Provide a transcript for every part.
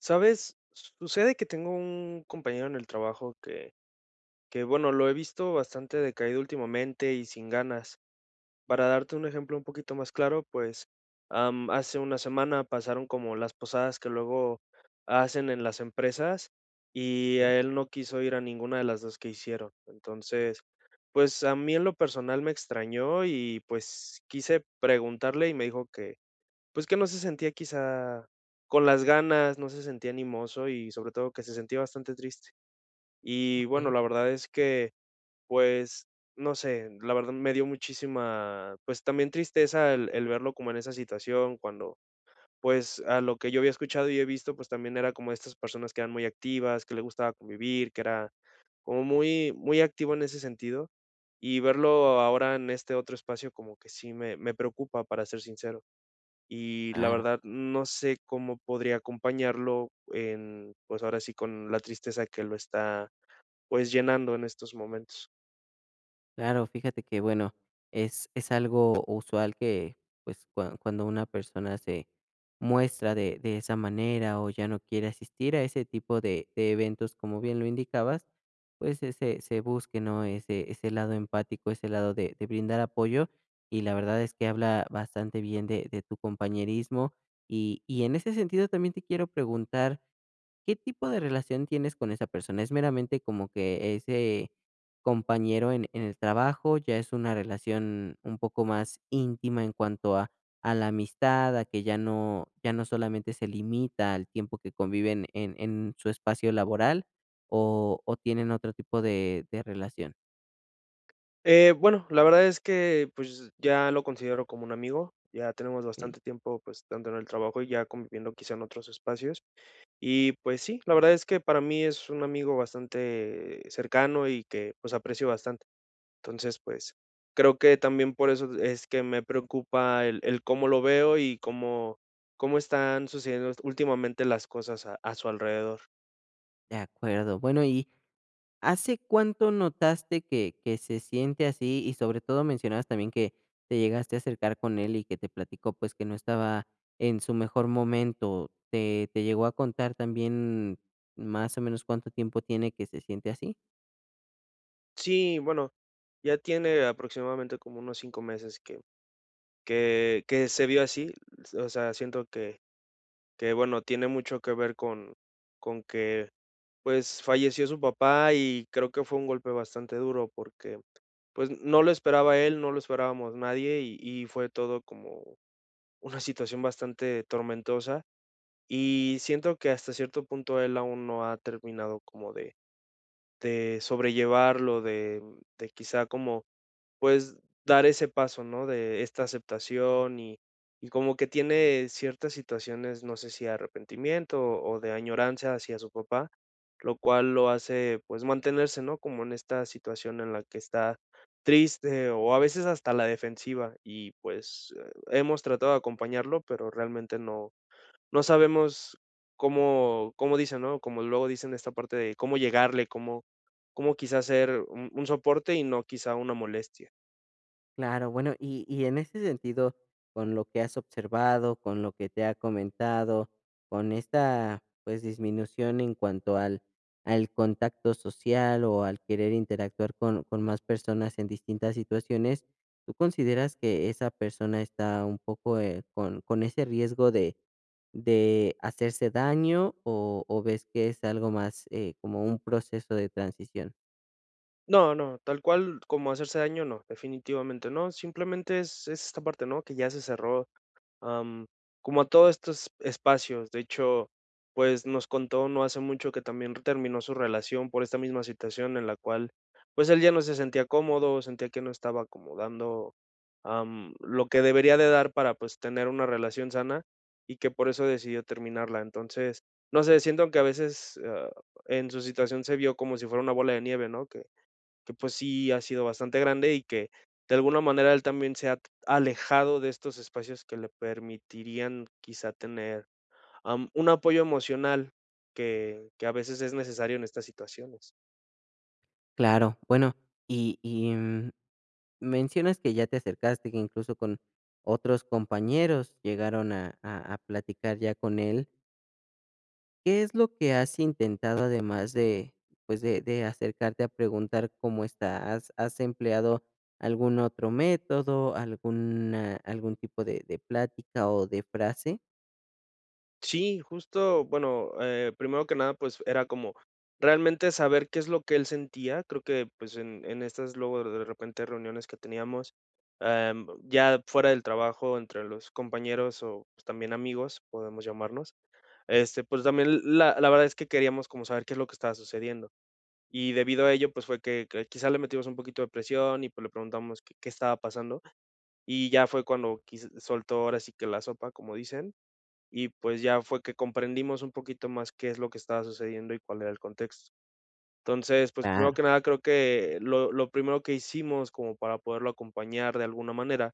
¿Sabes? Sucede que tengo un compañero en el trabajo que, bueno, lo he visto bastante decaído últimamente y sin ganas. Para darte un ejemplo un poquito más claro, pues hace una semana pasaron como las posadas que luego hacen en las empresas y Okey, a él no quiso ir a ninguna de las dos que hicieron. Entonces, pues a mí en lo personal me extrañó y pues quise preguntarle y me dijo pues, que no se sentía quizá con las ganas, no se sentía animoso y sobre todo que se sentía bastante triste. Y bueno, okey. la verdad es que, pues, no sé, la verdad me dio muchísima, pues, también tristeza el verlo como en esa situación cuando, pues, a lo que yo había escuchado y he visto, pues, también era como estas personas que eran muy activas, que le gustaba convivir, que era como muy muy activo en ese sentido, y verlo ahora en este otro espacio como que sí me preocupa, para ser sincero y la Claro, verdad no sé cómo podría acompañarlo en, pues ahora sí con la tristeza que lo está pues llenando en estos momentos. claro, fíjate que, bueno, es algo usual que, pues, cuando una persona se muestra de esa manera, o ya no quiere asistir a ese tipo de eventos, como bien lo indicabas, pues, se busque, ¿no?, ese lado empático, ese lado de brindar apoyo, y la verdad es que habla bastante bien de tu compañerismo. Y en ese sentido, también te quiero preguntar, ¿qué tipo de relación tienes con esa persona? ¿Es meramente como que ese compañero en el trabajo? ¿Ya es una relación un poco más íntima en cuanto a la amistad, a que ya no solamente se limita al tiempo que conviven en su espacio laboral o tienen otro tipo de relación? Bueno, la verdad es que pues ya lo considero como un amigo, ya tenemos Ok. bastante tiempo pues tanto en el trabajo y ya conviviendo quizá en otros espacios y pues sí, la verdad es que para mí es un amigo bastante cercano y que pues aprecio bastante. Entonces, pues, creo que también por eso es que me preocupa el cómo lo veo y cómo están sucediendo últimamente las cosas a su alrededor. De acuerdo. Bueno, y ¿hace cuánto notaste que se siente así? Y sobre todo mencionabas también que te llegaste a acercar con él y que te platicó, pues, que no estaba en su mejor momento. ¿Te llegó a contar también más o menos cuánto tiempo tiene que se siente así? Sí, bueno, ya tiene aproximadamente como unos 5 meses que que se vio así, o sea, siento que, bueno, tiene mucho que ver con que, pues, falleció su papá y creo que fue un golpe bastante duro porque, pues, no lo esperaba él, no lo esperábamos nadie y fue todo como una situación bastante tormentosa, y siento que hasta cierto punto él aún no ha terminado como de sobrellevarlo, de quizá como pues, dar ese paso, ¿no? De esta aceptación y como que tiene ciertas situaciones, no sé si de arrepentimiento o de añoranza hacia su papá, lo cual lo hace, pues, mantenerse, ¿no? Como en esta situación en la que está triste o a veces hasta la defensiva y, pues, hemos tratado de acompañarlo, pero realmente no no sabemos cómo cómo dicen, ¿no? Como luego dicen esta parte de cómo llegarle, cómo cómo quizás ser un soporte y no quizá una molestia. Claro, bueno, y en ese sentido, con lo que has observado, con lo que te ha comentado, con esta pues disminución en cuanto al, al contacto social o al querer interactuar con más personas en distintas situaciones, ¿tú consideras que esa persona está un poco, con ese riesgo de hacerse daño o ves que es algo más, como un proceso de transición? No, no, tal cual como hacerse daño, no, definitivamente no. Simplemente es esta parte, ¿no? Que ya se cerró, am, como a todos estos espacios. De hecho, pues, nos contó no hace mucho que también terminó su relación por esta misma situación en la cual, pues, él ya no se sentía cómodo, sentía que no estaba como dando, lo que debería de dar para, pues, tener una relación sana, y que por eso decidió terminarla. Entonces, no sé, siento que a veces, en su situación se vio como si fuera una bola de nieve, ¿no? Que pues sí ha sido bastante grande y que de alguna manera él también se ha alejado de estos espacios que le permitirían quizá tener, un apoyo emocional que a veces es necesario en estas situaciones. Claro, bueno, y, mencionas que ya te acercaste, que incluso con otros compañeros llegaron a platicar ya con él. ¿Qué es lo que has intentado además de, pues, de acercarte a preguntar cómo está? ¿Has empleado algún otro método, alguna algún tipo de plática o de frase? Sí, justo, bueno, primero que nada, pues era como realmente saber qué es lo que él sentía. Creo que, pues, en estas luego de repente reuniones que teníamos, ya fuera del trabajo, entre los compañeros o, pues, también amigos, podemos llamarnos, este, pues también la verdad es que queríamos como saber qué es lo que estaba sucediendo. Y debido a ello, pues fue que quizá le metimos un poquito de presión y, pues, le preguntamos que qué estaba pasando, y ya fue cuando quiz soltó ahora sí que la sopa, como dicen, y pues ya fue que comprendimos un poquito más qué es lo que estaba sucediendo y cuál era el contexto. Entonces, pues, primero Claro. que nada, creo que lo primero que hicimos como para poderlo acompañar de alguna manera,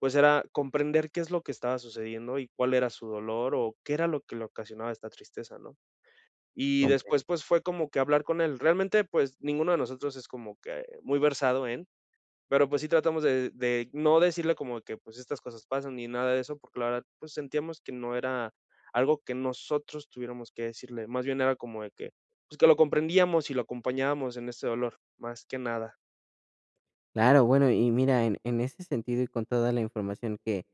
pues era comprender qué es lo que estaba sucediendo y cuál era su dolor o qué era lo que le ocasionaba esta tristeza, ¿no? Y después, pues, fue como que hablar con él. Realmente, pues, ninguno de nosotros es como que muy versado en, pero, pues, sí tratamos de no decirle como que, pues, estas cosas pasan ni nada de eso, porque la verdad, pues, sentíamos que no era algo que nosotros tuviéramos que decirle. Más bien era como de que, pues, que lo comprendíamos y lo acompañábamos en este dolor, más que nada. Claro, bueno, y mira, en ese sentido y con toda la información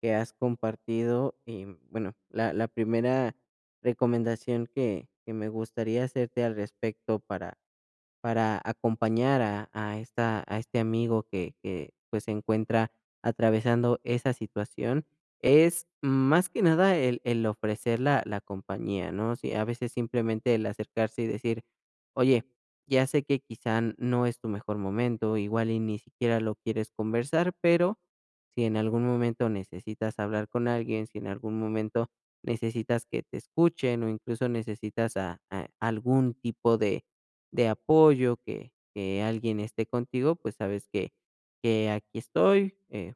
que has compartido, y bueno, la primera recomendación que me gustaría hacerte al respecto para acompañar a esta a este amigo que, pues, se encuentra atravesando esa situación, es más que nada el ofrecer la compañía, ¿no? Sí, a veces simplemente el acercarse y decir: "Oye, ya sé que quizá no es tu mejor momento, igual y ni siquiera lo quieres conversar, pero si en algún momento necesitas hablar con alguien, si en algún momento necesitas que te escuchen o incluso necesitas a algún tipo de apoyo, que alguien esté contigo, pues sabes que aquí estoy,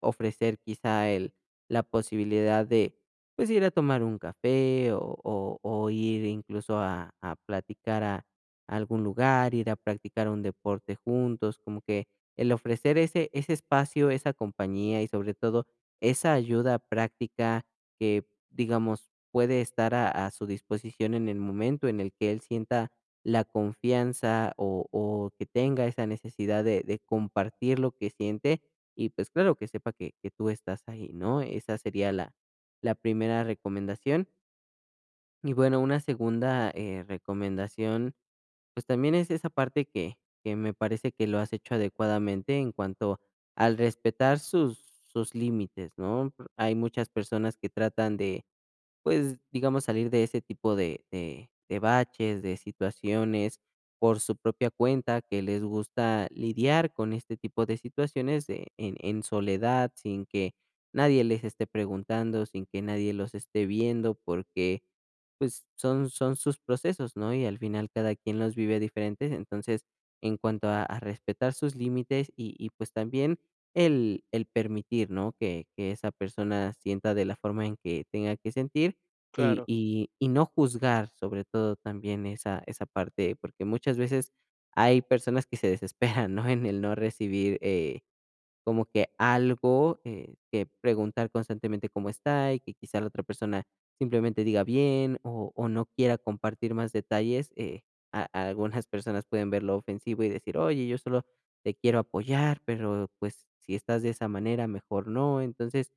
ofrecer quizá el la posibilidad de, pues, ir a tomar un café o ir incluso a platicar a algún lugar, ir a practicar un deporte juntos, como que el ofrecer ese espacio, esa compañía y sobre todo esa ayuda práctica que, digamos, puede estar a su disposición en el momento en el que él sienta la confianza o que tenga esa necesidad de compartir lo que siente, y pues claro, que sepa que tú estás ahí, ¿no? Esa sería la, la primera recomendación. Y bueno, una segunda, recomendación, pues también es esa parte que me parece que lo has hecho adecuadamente en cuanto al respetar sus, sus límites, ¿no? Hay muchas personas que tratan de pues, digamos, salir de ese tipo de baches, de situaciones por su propia cuenta, que les gusta lidiar con este tipo de situaciones de en soledad, sin que nadie les esté preguntando, sin que nadie los esté viendo, porque, pues, son sus procesos, ¿no? Y al final cada quien los vive diferentes. Entonces, en cuanto a respetar sus límites y, pues, también el permitir, ¿no? Que esa persona sienta de la forma en que tenga que sentir Claro, y no juzgar sobre todo también esa parte, porque muchas veces hay personas que se desesperan, ¿no? En el no recibir, como que algo, que preguntar constantemente cómo está y que quizá la otra persona simplemente diga bien o no quiera compartir más detalles. Eh, a algunas personas pueden verlo ofensivo y decir, oye, yo solo te quiero apoyar, pero pues si estás de esa manera, mejor no. Entonces,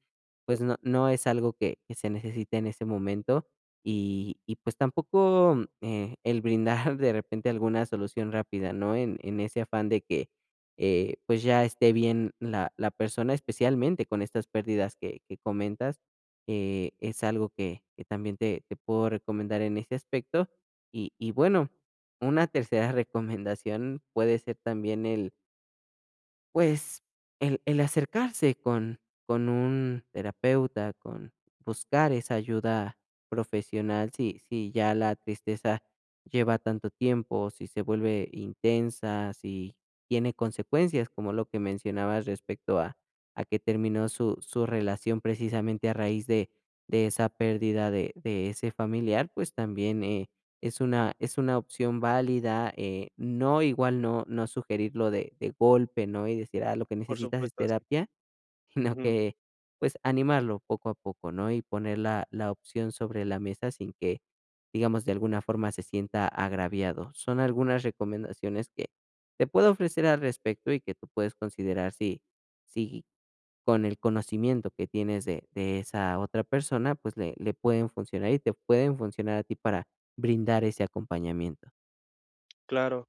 pues no, no es algo que se necesite en ese momento. Y pues tampoco, el brindar de repente alguna solución rápida, ¿no? En ese afán de que, pues ya esté bien la, la persona, especialmente con estas pérdidas que comentas. Eh, es algo que también te puedo recomendar en ese aspecto. Y bueno, una tercera recomendación puede ser también el, pues, el acercarse con un terapeuta, con buscar esa ayuda profesional, si ya la tristeza lleva tanto tiempo, si se vuelve intensa, si tiene consecuencias, como lo que mencionabas respecto a que terminó su su relación precisamente a raíz de esa pérdida de ese familiar, pues, también, es una opción válida, no, igual no sugerirlo de golpe, ¿no? Y decir: "Ah, lo que por necesitas es supuesto, sí. terapia", sino Ujú, que, pues, animarlo poco a poco, ¿no? Y poner la la opción sobre la mesa sin que, digamos, de alguna forma se sienta agraviado. Son algunas recomendaciones que te puedo ofrecer al respecto y que tú puedes considerar si si con el conocimiento que tienes de esa otra persona, pues, le pueden funcionar y te pueden funcionar a ti para brindar ese acompañamiento. claro.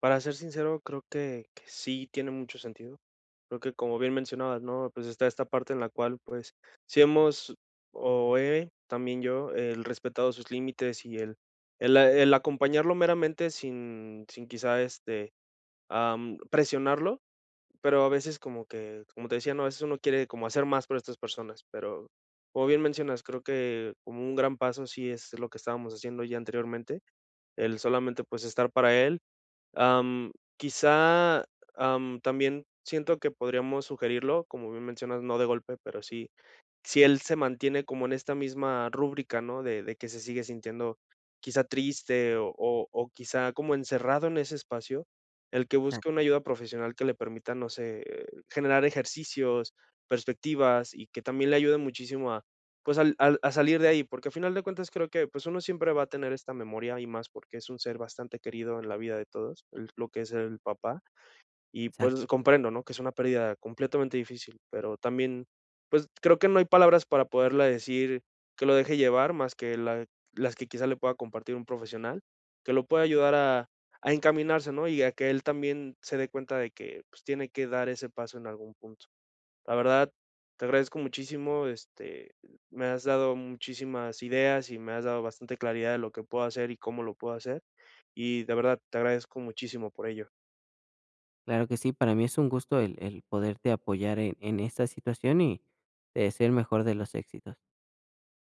Para ser sincero, creo que sí tiene mucho sentido. Creo que como bien mencionabas, ¿no? Pues está esta parte en la cual, pues, si hemos, o he, también yo, el respetado sus límites y el, a- el acompañarlo meramente sin, sin quizá este, presionarlo, pero a veces como que, como te decía, no, a veces uno quiere como hacer más por estas personas, pero como bien mencionas, creo que como un gran paso sí es lo que estábamos haciendo ya anteriormente, el solamente pues estar para él. Quizá, también siento que podríamos sugerirlo, como bien mencionas, no de golpe, pero sí si él se mantiene como en esta misma rúbrica, ¿no? De que se sigue sintiendo quizá triste o quizá como encerrado en ese espacio, el que busque Exacto, una ayuda profesional que le permita, no sé, generar ejercicios, perspectivas y que también le ayude muchísimo a, pues, al a salir de ahí, porque a final de cuentas creo que, pues, uno siempre va a tener esta memoria y más porque es un ser bastante querido en la vida de todos, el lo que es el papá. Y exacto. pues comprendo, ¿no? Que es una pérdida completamente difícil, pero también, pues creo que no hay palabras para poderla decir que lo deje llevar más que la- las que quizá le pueda compartir un profesional, que lo pueda ayudar a encaminarse, ¿no? Y a que él también se dé cuenta de que pues, tiene que dar ese paso en algún punto. La verdad, te agradezco muchísimo, este, me has dado muchísimas ideas y me has dado bastante claridad de lo que puedo hacer y cómo lo puedo hacer. Y de verdad, te agradezco muchísimo por ello. Claro que sí, para mí es un gusto el poderte apoyar en esta situación y te deseo el mejor de los éxitos.